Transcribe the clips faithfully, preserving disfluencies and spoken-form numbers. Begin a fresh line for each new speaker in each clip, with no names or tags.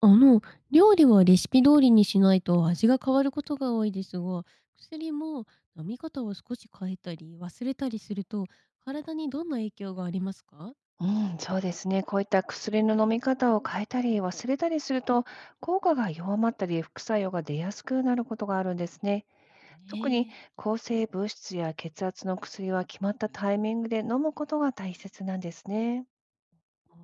あの、料理はレシピ通りにしないと味が変わることが多いですが、薬も飲み方を少し変えたり忘れたりすると、体にどんな影響がありますか？
うん、そうですね。こういった薬の飲み方を変えたり忘れたりすると、効果が弱まったり副作用が出やすくなることがあるんですね。
ね
特に
え。
抗生物質や血圧の薬は決まったタイミングで飲むことが大切なんですね。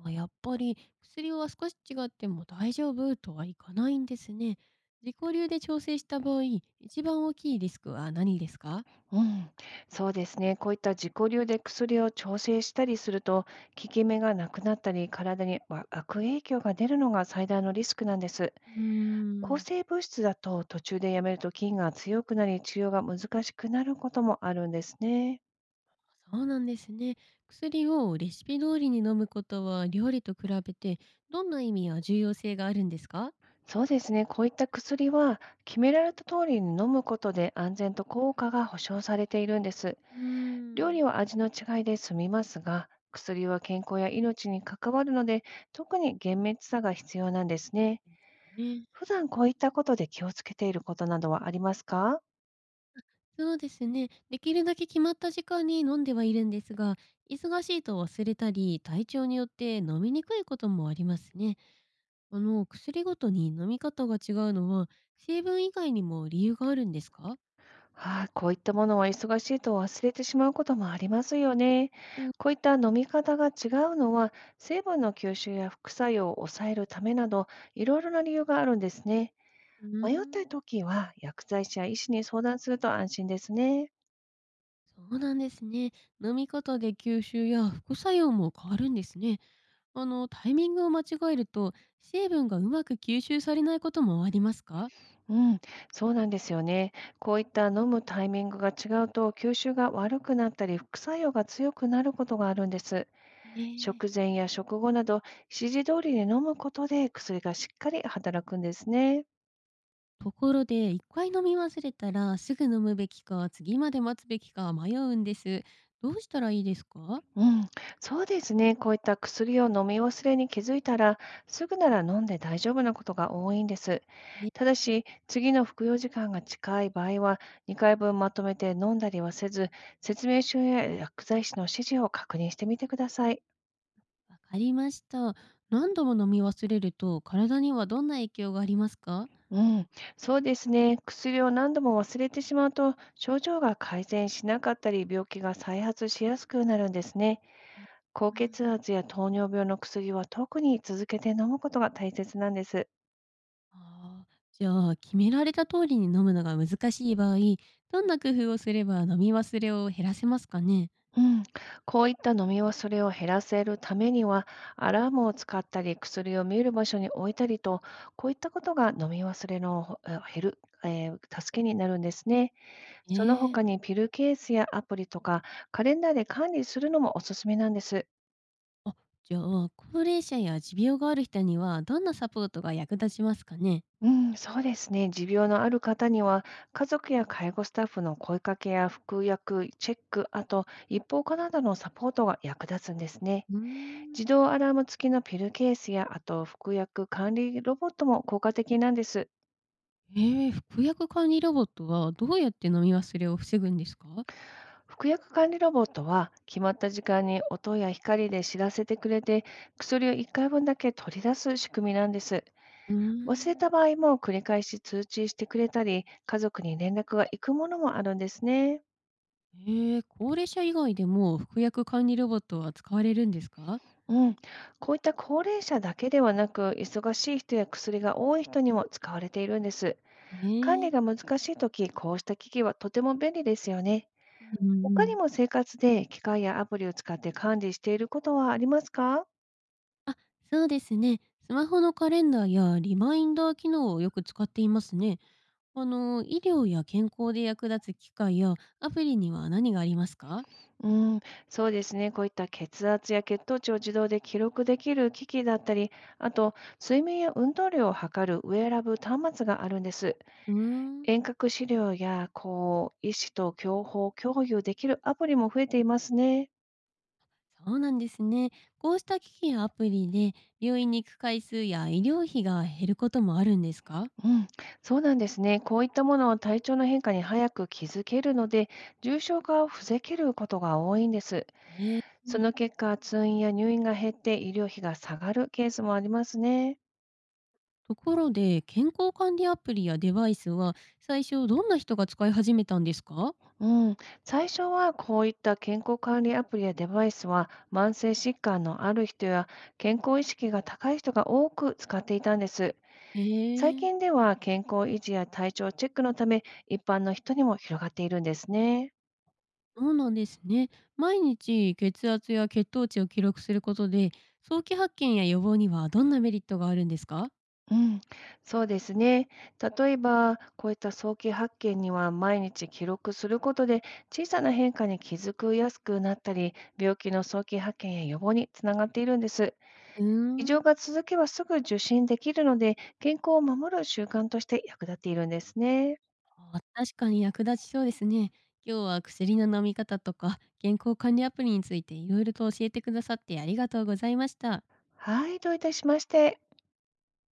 あ、やっぱり薬は少し違っても大丈夫とはいかないんですね。自己流で調整した場合、一番大きいリスクは何ですか？
うん、そうですね。こういった自己流で薬を調整したりすると、効き目がなくなったり、体にわ悪影響が出るのが最大のリスクなんです。
うー
抗
ん、
生物質だと途中でやめると菌が強くなり治療が難しくなることもあるんですね。
そうなんですね。薬をレシピ通りに飲むことは料理と比べてどんな意味や重要性があるんですか？
そうですね。こういった薬は決められた通りに飲むことで安全と効果が保証されているんです。
うー
料
ん。
理は味の違いで済みますが、薬は健康や命に関わるので、特に厳密さが必要なんですね。
ね。
普段こういったことで気をつけていることなどはありますか？
そうですね。できるだけ決まった時間に飲んではいるんですが、忙しいと忘れたり、体調によって飲みにくいこともありますね。あの、薬ごとに飲み方が違うのは、成分以外にも理由があるんですか？
はい、こういったものは忙しいと忘れてしまうこともありますよね。
うん、
こういった飲み方が違うのは、成分の吸収や副作用を抑えるためなど、いろいろな理由があるんですね。
うー
迷った
ん、
時は、薬剤師や医師に相談すると安心ですね。
そうなんですね。飲み方で吸収や副作用も変わるんですね。あの、タイミングを間違えると、成分がうまく吸収されないこともありますか？
うん、そうなんですよね。こういった飲むタイミングが違うと、吸収が悪くなったり、副作用が強くなることがあるんです。
ね
食
え。
前や食後など、指示通りに飲むことで薬がしっかり働くんですね。
ところで、いっかい飲み忘れたら、すぐ飲むべきか、次まで待つべきか迷うんです。どうしたらいいですか？
うん、そうですね。こういった薬を飲み忘れに気づいたら、すぐなら飲んで大丈夫なことが多いんです。
え、
ただし、次の服用時間が近い場合は、にかいぶんまとめて飲んだりはせず、説明書や薬剤師の指示を確認してみてください。
わかりました。何度も飲み忘れると、体にはどんな影響がありますか？
うん、そうですね。薬を何度も忘れてしまうと、症状が改善しなかったり、病気が再発しやすくなるんですね。
え。
高
うん。
血圧や糖尿病の薬は特に続けて飲むことが大切なんです。
ああ、じゃあ、決められた通りに飲むのが難しい場合、どんな工夫をすれば飲み忘れを減らせますかね？
うん、こういった飲み忘れを減らせるためには、アラームを使ったり、薬を見える場所に置いたりと、こういったことが飲み忘れのほあ減る、えー助けになるんですね。その
ええ。
他にピルケースやアプリとか、カレンダーで管理するのもおすすめなんです。
あ、じゃあ、高齢者や持病がある人には、どんなサポートが役立ちますかね？
うん、そうですね。持病のある方には、家族や介護スタッフの声かけや服薬、チェック、あと一方化などのサポートが役立つんですね。
うーん。
自動アラーム付きのピルケースや、あと服薬管理ロボットも効果的なんです。
ええ、服薬管理ロボットはどうやって飲み忘れを防ぐんですか？
服薬管理ロボットは、決まった時間に音や光で知らせてくれて、薬をいっかいぶんだけ取り出す仕組みなんです。
うー
忘れた
ん。
場合も繰り返し通知してくれたり、家族に連絡が行くものもあるんですね。
ええ、高齢者以外でも服薬管理ロボットは使われるんですか？
うん、こういった高齢者だけではなく、忙しい人や薬が多い人にも使われているんです。
え
管理
え。
が難しいとき、こうした機器はとても便利ですよね。
うんう
他に
ん。
も生活で機械やアプリを使って管理していることはありますか？
あ、そうですね。スマホのカレンダーやリマインダー機能をよく使っていますね。あの、医療や健康で役立つ機械やアプリには何がありますか？
うん、そうですね。こういった血圧や血糖値を自動で記録できる機器だったり、あと睡眠や運動量を測るウェアラブル端末があるんです。
うーん。
遠隔資料やこう医師と情報共有できるアプリも増えていますね。
そうなんですね。こうした機器やアプリで病院に行く回数や医療費が減ることもあるんですか？
うん、そうなんですね。こういったものは体調の変化に早く気づけるので、重症化を防げることが多いんです。
ね。
その結果、通院や入院が減って医療費が下がるケースもありますね。
ところで、健康管理アプリやデバイスは、最初どんな人が使い始めたんですか？
うん、最初はこういった健康管理アプリやデバイスは慢性疾患のある人や健康意識が高い人が多く使っていたんです。
え
最
え、
近では健康維持や体調チェックのため一般の人にも広がっているんですね。
そうなんですね。毎日血圧や血糖値を記録することで、早期発見や予防にはどんなメリットがあるんですか？
うん、そうですね。例えば、こういった早期発見には毎日記録することで小さな変化に気づくやすくなったり、病気の早期発見や予防につながっているんです。
うー
異常
ん。
が続けばすぐ受診できるので、健康を守る習慣として役立っているんですね。
あ、確かに役立ちそうですね。今日は薬の飲み方とか、健康管理アプリについていろいろと教えてくださってありがとうございました。
はい、どういたしまして。